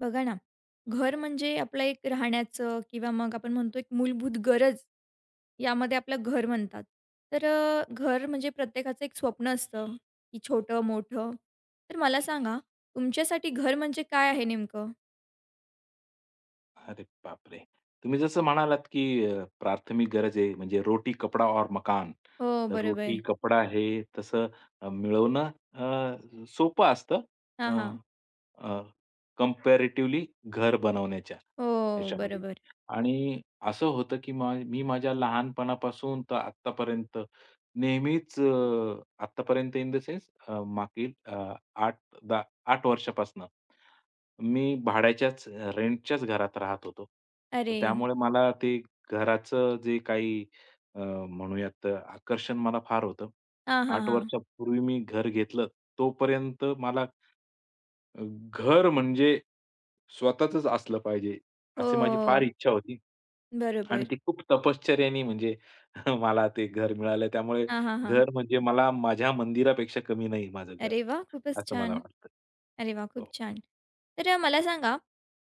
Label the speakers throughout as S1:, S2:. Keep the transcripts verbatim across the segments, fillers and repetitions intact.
S1: बघा ना, घर म्हणजे आपलं एक राहण्याचं किंवा मग आपण म्हणतो एक मूलभूत गरज, यामध्ये आपलं घर म्हणतात. तर अ, घर म्हणजे प्रत्येकाचं एक स्वप्न असतं, की छोटं-मोठं. तर मला सांगा, तुमच्यासाठी घर म्हणजे काय आहे नेमकं?
S2: अरे बापरे! तुम्ही जसं म्हणालात, की अ, प्राथमिक गरज आहे म्हणजे रोटी, कपडा और मकान.
S1: हो,
S2: तर रोटी,
S1: बरोबर.
S2: कपडा हे तसं अ, मिळवणं अ, सोपं असतं.
S1: हां,
S2: अ,
S1: हां.
S2: घर बनवण्याच्या
S1: हो,
S2: ह्याच्यामध्ये.
S1: बरोबर.
S2: आणि असं होतं, की मा मी माझ्या लहानपणापासून तर आत्तापर्यंत नेहमीच अ, आत्तापर्यंत इन द सेन्स, अ, मागील अ, आठ दा आठ वर्षापासून मी भाड्याच्याच रेंटच्याच घरात राहत होतो. तर
S1: अरे!
S2: त्यामुळे मला ते घराचं जे काही अ, म्हणूयात आकर्षण मला फार होतं.
S1: हां, हां,
S2: आठ
S1: हां.
S2: वर्षापूर्वी मी घर घेतलं. तोपर्यंत मला अ, घर म्हणजे स्वतःचंच असलं पाहिजे, अशी माझी फार
S1: हो,
S2: इच्छा होती. आणि
S1: बरोबर.
S2: ती खूप तपश्चर्येने म्हणजे मला ते घर मिळालं. त्यामुळे
S1: हां, हां, हां.
S2: घर म्हणजे मला माझ्या मंदिरापेक्षा कमी नाही माझं घर,
S1: अरे वाह! खूपच
S2: असं
S1: छान.
S2: मला वाटतं.
S1: अरे वाह! खूप
S2: हो.
S1: छान. तर अ, मला सांगा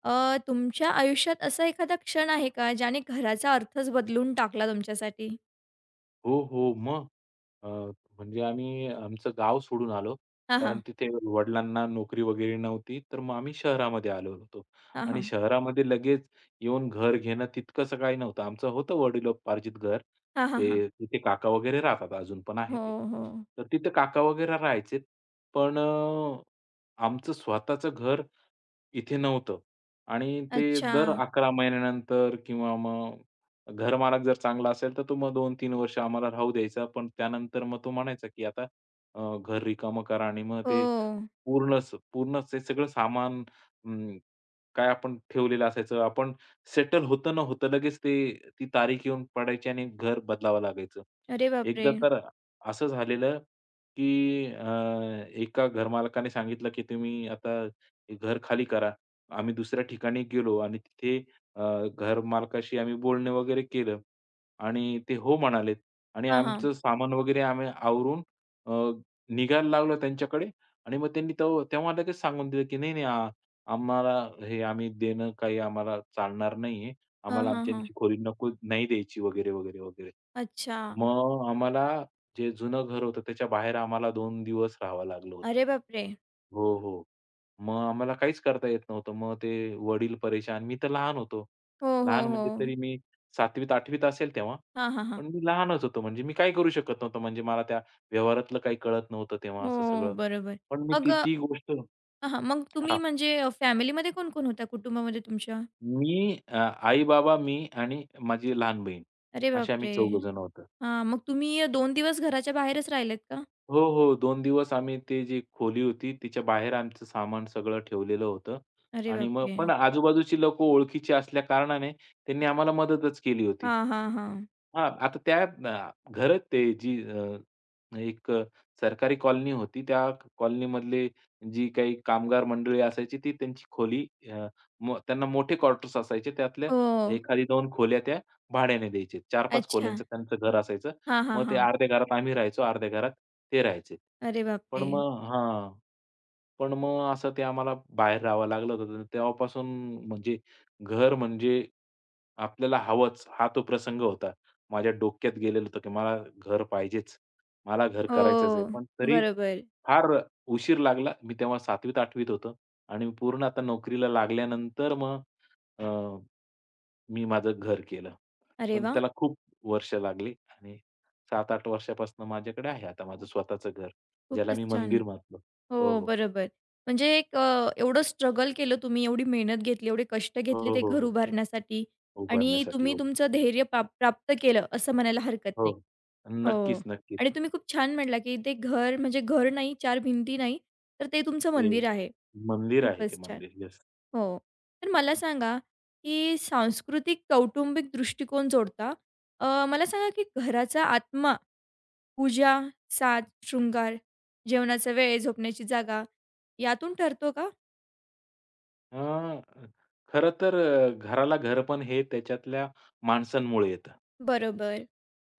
S1: अ, तुमच्या आयुष्यात असा एखादा क्षण आहे का ज्याने घराचा अर्थच बदलून टाकला तुमच्यासाठी?
S2: हो, हो. मग अ, म्हणजे आम्ही आमचं गाव सोडून आलो.
S1: हां, हां.
S2: कारण तिथे वडिलांना नोकरी वगैरे नव्हती. तर मग आम्ही शहरामध्ये आलो होतो.
S1: हां,
S2: आणि
S1: हां.
S2: शहरामध्ये लगेच येऊन घर घेणं तितकंसं काही नव्हतं. आमचं होतं वडिलोपार्जित घर.
S1: हां, हां, हां.
S2: ते तिथे काका वगैरे राहतात, अजून पण आहे
S1: हो,
S2: ते.
S1: हो.
S2: तर तिथे काका वगैरे राहायचे. पण अ, आमचं स्वतःचं घर इथे नव्हतं आणि ते
S1: अच्छा.
S2: दर अकरा महिन्यानंतर किंवा मग घरमालक जर चांगला असेल, तर तो मग दोन तीन वर्ष आम्हाला राहू द्यायचा. पण त्यानंतर मग तो म्हणायचा, की आता अ, घर रिकामं करा आणि मग
S1: हो.
S2: ते पूर्णच पूर्णच ते सगळं सामान अं, काय आपण ठेवलेलं असायचं. आपण सेटल होतं न होतं लगेच ते ती तारीख येऊन पडायची आणि घर बदलावं लागायचं.
S1: अरे बापरे!
S2: एकदा तर असं झालेलं, की अ, एका घरमालकाने सांगितलं, की तुम्ही आता घर खाली करा. आम्ही दुसऱ्या ठिकाणी गेलो आणि तिथे अ, घर मालकाशी आम्ही बोलणे वगैरे केलं आणि ते हो म्हणाले आणि
S1: हां, हां.
S2: आमचं सामान वगैरे आम्ही आवरून अ, निघायला लागलो त्यांच्याकडे आणि मग त्यांनी तेव्हा तेव्हा लगेच सांगून दिलं, की "नाही, नाही, आ आम्हाला हे आम्ही देणं काही आम्हाला चालणार नाहीये.
S1: हां,
S2: आम्हाला
S1: हां,
S2: आमची
S1: हां.
S2: आमची खोली नको नाही द्यायची" वगैरे, वगैरे, वगैरे.
S1: अच्छा.
S2: मग आम्हाला जे जुनं घर होतं त्याच्या बाहेर आम्हाला दोन दिवस राहावं लागलं होतं.
S1: अरे बापरे!
S2: हो, हो. मग आम्हाला काहीच करता येत नव्हतं. मग ते वडील परेशान. मी तर लहान होतो.
S1: हो, हो,
S2: लहान
S1: हो.
S2: म्हणजे तरी मी सातवीत आठवीत असेल तेव्हा.
S1: हां, हां, हां.
S2: पण मी लहानच होतो म्हणजे मी काही करू शकत नव्हतो. म्हणजे मला त्या व्यवहारातलं काही कळत नव्हतं तेव्हा असं
S1: हो,
S2: सगळं.
S1: बरोबर.
S2: पण मी
S1: मग
S2: ती
S1: अ,
S2: ती गोष्ट
S1: हां, हां. मग तुम्ही
S2: हां.
S1: म्हणजे अ, फॅमिलीमध्ये कोण-कोण होता कुटुंबामध्ये तुमच्या?
S2: मी, अ, आई-बाबा, मी आणि माझी लहान बहीण
S1: अरे
S2: असे आम्ही
S1: बापरे!
S2: चौघजण होतो.
S1: हां, मग तुम्ही अ, दोन दिवस घराच्या बाहेरच राहिलेत का?
S2: हो, हो. दोन दिवस आम्ही ते जी खोली होती तिच्या बाहेर आमचं सामान सगळं ठेवलेलं होतं
S1: अरे
S2: आणि मग
S1: बापरे!
S2: पण आजूबाजूची लोकं ओळखीची असल्या कारणाने त्यांनी आम्हाला मदतच केली होती.
S1: हां, हां, हां.
S2: हां, आता त्या अ, घरात ते जी अ, एक अ, सरकारी कॉलनी होती. त्या कॉलनीमधले जी काही कामगार मंडळी असायची ती त्यांची खोली अ, मो त्यांना मोठे क्वार्टर्स असायचे. त्यातल्या
S1: हो.
S2: एखादी दोन खोल्या त्या भाड्याने द्यायचे. चार पाच
S1: अच्छा.
S2: खोल्यांचं त्यांचं घर असायचं.
S1: हां, हां,
S2: मग ते
S1: हां.
S2: अर्ध्या घरात आम्ही राहायचो, अर्ध्या घरात ते राहायचे.
S1: अरे
S2: पण
S1: बापरे!
S2: मग हां. पण मग असं ते आम्हाला बाहेर राहावं लागलं होतं. तर तेव्हापासून म्हणजे घर म्हणजे आपल्याला हवंच, हा तो प्रसंग होता. माझ्या डोक्यात गेलेलं होतं, की मला घर पाहिजेच. मला घर
S1: हो,
S2: करायचंच आहे. पण तरी
S1: बरोबर.
S2: फार उशीर लागला. मी तेव्हा सातवी आठवीत होतो आणि पूर्ण आता नोकरीला लागल्यानंतर मग अ, मी माझं घर केलं.
S1: अरे
S2: पण
S1: वाह!
S2: त्याला खूप वर्ष लागली आणि सात आठ वर्षापासून माझ्याकडे आहे आता माझं स्वतःचं घर, ज्याला
S1: खूपच
S2: मी
S1: छान.
S2: मंदिर म्हणतो. हो,
S1: हो,
S2: हो.
S1: बरोबर. म्हणजे एक अ, एवढं स्ट्रगल केलं तुम्ही, एवढी मेहनत घेतली, एवढे कष्ट
S2: हो,
S1: घेतले ते
S2: हो,
S1: घर
S2: हो.
S1: उभारण्यासाठी आणि
S2: उभारण्यासाठी.
S1: तुम्ही
S2: हो.
S1: तुमचं धैर्य पा प्राप्त केलं असं म्हणायला हरकत
S2: हो.
S1: नाही. हो.
S2: नक्कीच, नक्कीच.
S1: आणि तुम्ही खूप छान म्हटला, की ते घर म्हणजे घर नाही, चार भिंती नाही, तर ते तुमचं
S2: ते
S1: मंदिर आहे.
S2: मंदिर आहे ते
S1: खूपच छान.
S2: मंदिर. येस.
S1: हो. तर मला सांगा, की सांस्कृतिक कौटुंबिक दृष्टिकोन जोडता अ, मला सांगा, की घराचा आत्मा, पूजा, साज, शृंगार, जेवणाचा वेळ, झोपण्याची जागा यातून ठरतो का?
S2: अ, खरं तर अ, घराला घरपण हे त्याच्यातल्या माणसांमुळे येतं.
S1: बरोबर.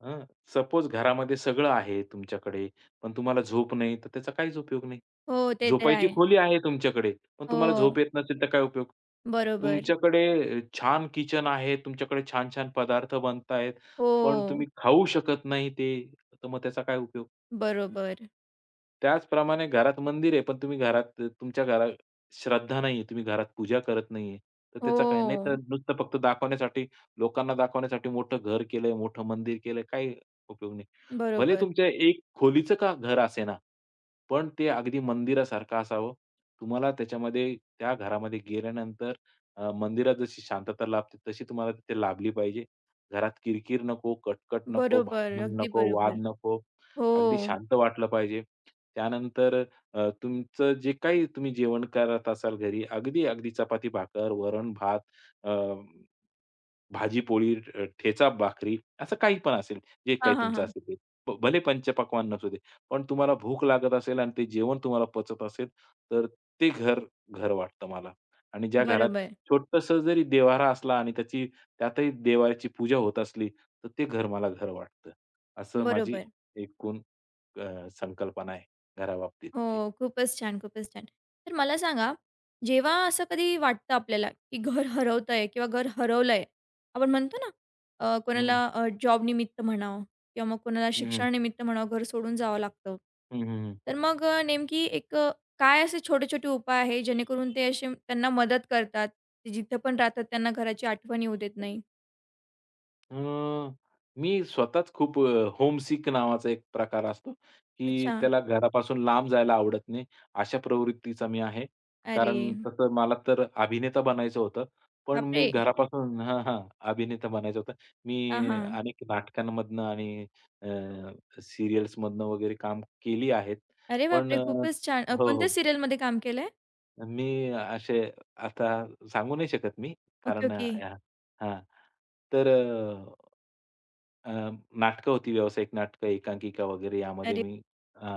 S2: हं. सपोज घरामध्ये सगळं आहे तुमच्याकडे, पण तुम्हाला झोप नाही, तर त्याचा काहीच उपयोग नाही.
S1: हो, ते तर
S2: झोपायची
S1: आहे.
S2: खोली आहे तुमच्याकडे, पण तुम्हाला
S1: हो,
S2: झोप येत नसेल तर काय उपयोग?
S1: बरोबर.
S2: तुमच्याकडे अ, छान किचन आहे, तुमच्याकडे छान-छान पदार्थ बनतायत,
S1: हो,
S2: पण तुम्ही खाऊ शकत नाही ते, तर मग त्याचा काय उपयोग?
S1: बरोबर.
S2: त्याचप्रमाणे घरात मंदिर आहे, पण तुम्ही घरात तुमच्या घरात श्रद्धा नाहीये, तुम्ही घरात पूजा करत नाहीये, तर त्याचा काय, नाही तर
S1: हो,
S2: नुसतं फक्त दाखवण्यासाठी, लोकांना दाखवण्यासाठी मोठं घर केलंय, मोठं मंदिर केलंय, काही उपयोग नाही. भले
S1: बरोबर.
S2: तुमच्या एक खोलीचं का घर असेना, पण ते अगदी मंदिरासारखं असावं. तुम्हाला त्याच्यामध्ये त्या घरामध्ये गेल्यानंतर अ, मंदिरात जशी शांतता लाभते, तशी तुम्हाला तिथे लाभली पाहिजे. घरात किरकिर नको, कटकट नको,
S1: बरोबर,
S2: भांडण
S1: अगदी
S2: नको, वाद
S1: बरोबर.
S2: नको.
S1: हो.
S2: अगदी शांत वाटलं पाहिजे. त्यानंतर अ, तुमचं जे काही तुम्ही जेवण करत असाल घरी, अगदी, अगदी चपाती-भाकर, वरण-भात, अ, भाजी-पोळी, अ, ठेचा भाकरी असं काही पण असेल, जे
S1: हां,
S2: काही
S1: हां,
S2: तुमचं
S1: हां.
S2: असेल ते. भ भले पंचपक्वान्न असू दे, पण तुम्हाला भूक लागत असेल आणि ते जेवण तुम्हाला पचत असेल, तर ते घर घर वाटतं मला. आणि ज्या घरात
S1: बरोबर,
S2: छोटंसं जरी देवारा असला आणि त्याची त्यातही देवाची पूजा होत असली, तर ते घर मला घर वाटतं. असं माझी
S1: बरोबर.
S2: एकूण अ, संकल्पना आहे
S1: हो,
S2: घराबाबतीतची.
S1: खूपच छान, खूपच छान. तर मला सांगा, जेव्हा असं कधी वाटतं आपल्याला, की घर हरवतंय किंवा घर हरवलंय, आपण म्हणतो ना, अ,
S2: हं,
S1: कोणाला अ, जॉबनिमित्त म्हणावं किंवा मग कोणाला
S2: हं,
S1: शिक्षणानिमित्त म्हणावं, घर सोडून जावं लागतं.
S2: हं, हं,
S1: तर मग अ, नेमकी एक अ, काय असे छोटे-छोटे उपाय आहे, जेणेकरून ते असे त्यांना मदत करतात, ते जिथं पण राहतात त्यांना घराची आठवण येऊ देत नाही?
S2: अ, मी स्वतःच खूप अ, होमसिक नावाचा एक प्रकार असतो, की
S1: अच्छा.
S2: त्याला घरापासून लांब जायला आवडत नाही, अशा प्रवृत्तीचा मी आहे.
S1: अरे
S2: कारण तसं मला तर अभिनेता बनायचं होतं, पण मी
S1: बापरे!
S2: घरापासून हां, हां. अभिनेता बनायचं होतं.
S1: हां,
S2: मी
S1: हां.
S2: अनेक नाटकांमधनं आणि अ, सीरियल्समधनं वगैरे काम केली आहेत.
S1: अरे
S2: पण
S1: बापरे!
S2: अ,
S1: खूपच छान. अ,
S2: हो,
S1: कोणत्या
S2: हो.
S1: सीरियलमध्ये काम केलंय?
S2: मी असे आता सांगू नाही शकत मी,
S1: ओके,
S2: कारण
S1: ओके.
S2: अ, हां. तर अ, नाटकं होती, व्यावसायिक नाटकं, एकांकिका वगैरे यामध्ये
S1: अरे
S2: मी अ,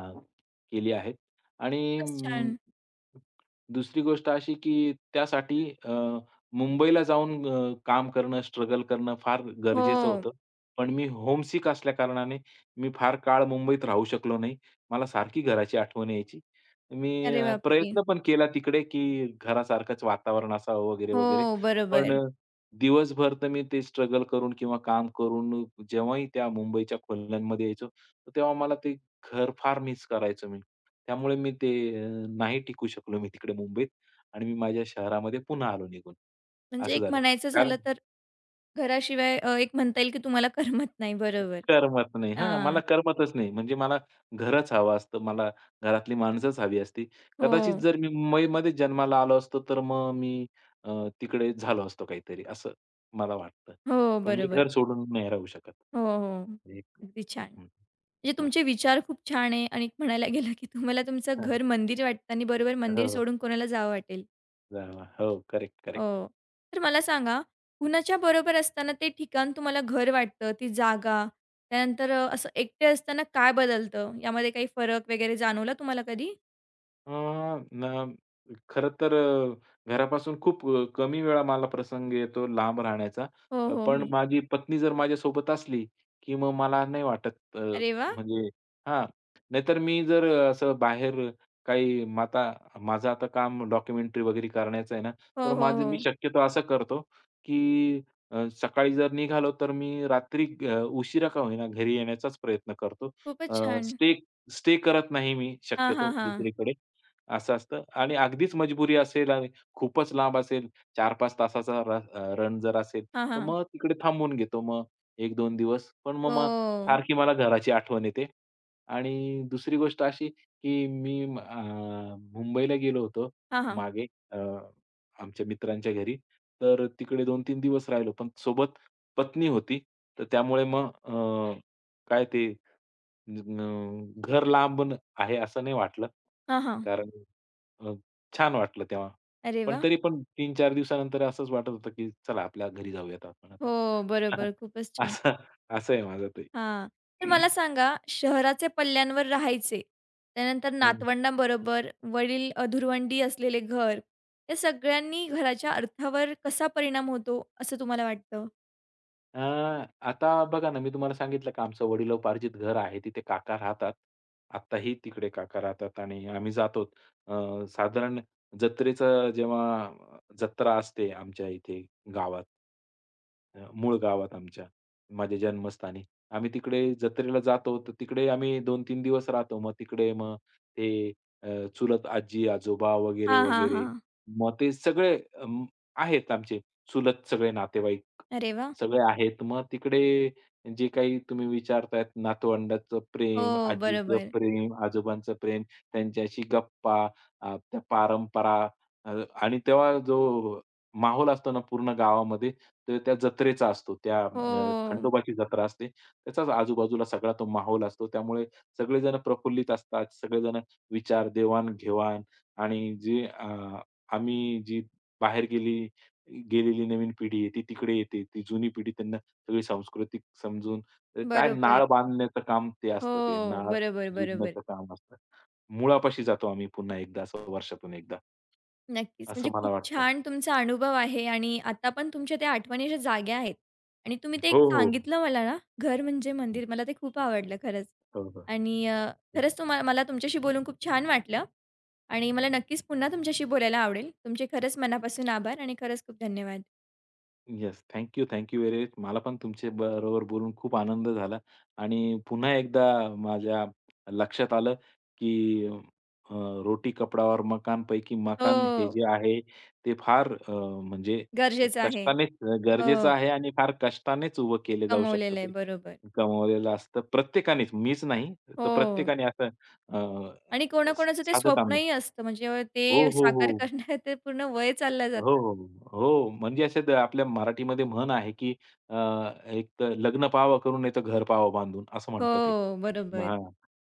S2: केली आहेत आणि
S1: खूपच छान.
S2: अं, दुसरी गोष्ट अशी की त्यासाठी अ, मुंबईला जाऊन अ, काम करणं, स्ट्रगल करणं फार
S1: हो.
S2: गरजेचं होतं. पण मी होमसिक असल्याकारणाने मी फार काळ मुंबईत राहू शकलो नाही. मला सारखी घराची आठवण यायची. मी
S1: अरे
S2: अ,
S1: बापरे!
S2: प्रयत्न पण केला तिकडे की घरासारखंच वातावरण असावं वगैरे, वगैरे.
S1: हो,
S2: पण
S1: बरोबर.
S2: दिवसभर तर मी ते स्ट्रगल करून किंवा काम करून जेव्हाही त्या मुंबईच्या खोल्यांमध्ये यायचो, तर तेव्हा मला ते घर फार मिस करायचो मी. त्यामुळे मी ते अ, नाही टिकू शकलो मी तिकडे मुंबईत आणि मी माझ्या शहरामध्ये पुन्हा आलो निघून.
S1: म्हणजे
S2: असं
S1: एक
S2: झालं.
S1: म्हणायचं झालं
S2: कारण
S1: तर घराशिवाय अ, एक म्हणता येईल की तुम्हाला करमत नाही. बरोबर.
S2: करमत नाही. हां,
S1: हां.
S2: मला करमतच नाही. म्हणजे मला घरच हवं असतं. मला घरातली माणसंच हवी असती.
S1: हो.
S2: कदाचित जर मी मुंबईमध्येच जन्माला आलो असतो, तर मग मी अ, तिकडे झालो असतो काहीतरी, असं मला वाटतं.
S1: हो,
S2: पण मी
S1: बरोबर.
S2: घर सोडून नाही राहू शकत.
S1: हो, हो.
S2: एक
S1: अगदी छान.
S2: हं.
S1: म्हणजे
S2: हां.
S1: तुमचे विचार खूप छान आहे आणि एक म्हणायला गेलं की तुम्हाला तुमचं
S2: हां.
S1: घर मंदिर वाटतं आणि बरोबर मंदिर
S2: हो.
S1: सोडून कोणाला जावं वाटेल.
S2: जावा. हो, करेक्ट, करेक्ट.
S1: हो. तर मला सांगा, कुणाच्या बरोबर असताना ते ठिकाण तुम्हाला घर वाटतं, ती जागा? त्यानंतर अ, असं एकटे असताना काय बदलतं? यामध्ये काही फरक वगैरे जाणवला तुम्हाला कधी?
S2: अ, न खरं तर अ, घरापासून खूप अ, कमी वेळा मला प्रसंग येतो लांब राहण्याचा.
S1: हो,
S2: अ,
S1: हो,
S2: पण
S1: हो.
S2: माझी पत्नी जर माझ्यासोबत असली, की मग मला नाही वाटत अ,
S1: अरे वाह!
S2: म्हणजे हां, नाहीतर मी जर अं, असं बाहेर काही माता माझं आता काम डॉक्युमेंटरी वगैरे करण्याचं आहे ना,
S1: हो,
S2: तर
S1: हो,
S2: माझं
S1: हो.
S2: मी शक्यतो असं करतो, की अ, सकाळी जर निघालो तर मी रात्री अ, उशिरा का होईना घरी येण्याचाच प्रयत्न करतो.
S1: खूपच छान.
S2: स्टे स्टे करत नाही मी
S1: हां, हां,
S2: शक्यतो
S1: हां.
S2: दुसरीकडे. असं असतं आणि अगदीच मजबुरी असेल आणि खूपच लांब असेल चार पाच तासाचा र अ, रन जर असेल,
S1: हां,
S2: तर
S1: हां.
S2: मग तिकडे थांबून घेतो मग एक दोन दिवस. पण मग
S1: हो.
S2: मग सारखी मला घराची आठवण येते. आणि दुसरी गोष्ट अशी, की मी म- अ, मुंबईला गेलो होतो
S1: हां, हां.
S2: मागे, अ, आमच्या मित्रांच्या घरी. तर तिकडे दोन तीन दिवस राहिलो, पण सोबत पत्नी होती. तर त्यामुळे मग अ, काय ते अ, घर लांबून आहे असं नाही वाटलं.
S1: हां, हां.
S2: कारण अ, छान वाटलं तेव्हा.
S1: अरे
S2: पण
S1: वाह!
S2: तरी पण तीन चार दिवसानंतर असंच वाटत होतं, की चला आपल्या घरी जाऊयात आपण आता.
S1: हो, बरोबर. खूपच छान.
S2: असं असं आहे माझं ते.
S1: हां. तर मला सांगा शहराच्या पल्ल्यांवर राहायचे, त्यानंतर नातवंडांबरोबर वडील अधुरवंडी असलेले घर, या सगळ्यांनी घराच्या अर्थावर कसा परिणाम होतो असं तुम्हाला वाटतं?
S2: अ, आता बघा ना, मी तुम्हाला सांगितलं का आमचं वडिलोपार्जित घर आहे. तिथे काका राहतात. आत्ताही तिकडे काका राहतात आणि आम्ही जातो. अ, साधारण जत्रेचं जेव्हा अ, जत्रा असते आमच्या इथे गावात, अ, मूळ गावात आमच्या, माझ्या जन्मस्थानी. आम्ही तिकडे जत्रेला जातो, तर तिकडे आम्ही दोन तीन दिवस राहतो. मग तिकडे मग ते अ, चुलत आजी-आजोबा वगैरे,
S1: हां, हां,
S2: वगैरे.
S1: हां.
S2: मग ते सगळे अं, आहेत आमचे चुलत सगळे नातेवाईक.
S1: अरे वाह!
S2: सगळे आहेत. मग तिकडे जे काही तुम्ही विचारतायत, नातवंडाचं प्रेम,
S1: हो,
S2: आजीचं
S1: बरोबर.
S2: प्रेम, आजोबांचं प्रेम, त्यांच्याशी गप्पा, अ, त्या परंपरा अ, आणि तेव्हा जो माहोल असतो ना पूर्ण गावामध्ये, तर त्या जत्रेचा असतो. त्या अ,
S1: हो,
S2: खंडोबाची जत्रा असते. त्याचाच आजूबाजूला सगळा तो माहोल असतो. त्यामुळे सगळेजण प्रफुल्लित असतात. सगळेजण विचार देवाण-घेवाण आणि जी अ, आम्ही जी बाहेर गेली गेलेली नवीन पिढी आहे, ती तिकडे येते. ती जुनी पिढी त्यांना सगळी सांस्कृतिक समजून अ, काय
S1: बरोबर.
S2: नाळ बांधण्याचं काम ते
S1: हो,
S2: असतं. ते नाळ
S1: बरोबर, बरोबर.
S2: जुडण्याचं काम असतं. मुळापाशी जातो आम्ही पुन्हा एकदा असं वर्षातून एकदा,
S1: नक्कीच.
S2: असं
S1: म्हणजे
S2: मला
S1: खूप
S2: वाटतं.
S1: छान तुमचा अनुभव आहे आणि आता पण तुमच्या त्या आठवणी अशा जाग्या आहेत आणि तुम्ही ते एक
S2: हो, हो.
S1: सांगितलं मला ना, घर म्हणजे मंदिर. मला ते खूप आवडलं खरंच
S2: हो, हो.
S1: आणि अ, खरंच तुम्हा मला तुमच्याशी बोलून खूप छान वाटलं आणि मला नक्कीच पुन्हा तुमच्याशी बोलायला आवडेल. तुमचे खरंच मनापासून आभार आणि खरंच खूप धन्यवाद.
S2: Yes. Thank you, thank you very much. मला पण तुमच्या बरोबर बोलून खूप आनंद झाला आणि पुन्हा एकदा माझ्या लक्षात आलं, की अ, रोटी कपड्यावर मकानपैकी मकान हे
S1: हो,
S2: जे आहे, ते फार अ, म्हणजे
S1: गरजेचं आहे.
S2: कष्टानेच गरजेचं
S1: हो,
S2: आहे आणि फार कष्टानेच उभं केलं जाऊ शकतं
S1: कमवलेलं आहे.
S2: ते.
S1: बरोबर.
S2: कमवलेलं असतं प्रत्येकानेच, मीच नाही तर
S1: हो
S2: प्रत्येकाने असं अ,
S1: आणि कोणाकोणाचं ते
S2: साधं काम नाही.
S1: स्वप्नही असतं म्हणजे
S2: हो,
S1: ते
S2: हो, हो.
S1: साकार
S2: हो.
S1: करण्यात ते पूर्ण वय चाललं
S2: हो,
S1: जातं.
S2: हो. हो, हो, म्हणजे अशा द आपल्या मराठीमध्ये म्हण आहे, की अ, एक तर लग्न पाहावं करून नाही तर घर पाहावं बांधून असं म्हणतात एक.
S1: हो, बरोबर.
S2: हां,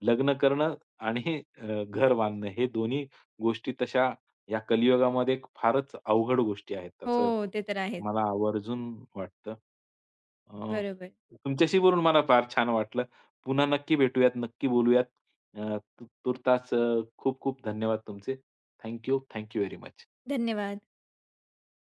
S2: लग्न करणं आणि अ, घर बांधणं हे दोन्ही गोष्टी तशा या कलियुगामध्ये फारच अवघड गोष्टी आहेत
S1: हो,
S2: असं
S1: ते तर आहेच.
S2: मला आवर्जून वाटतं. अ,
S1: बरोबर.
S2: तुमच्याशी बोलून मला फार छान वाटलं. पुन्हा नक्की भेटूयात, नक्की बोलूयात. अ, तूर्तास अ, खूप खूप धन्यवाद तुमचे. Thank you, very much.
S1: धन्यवाद.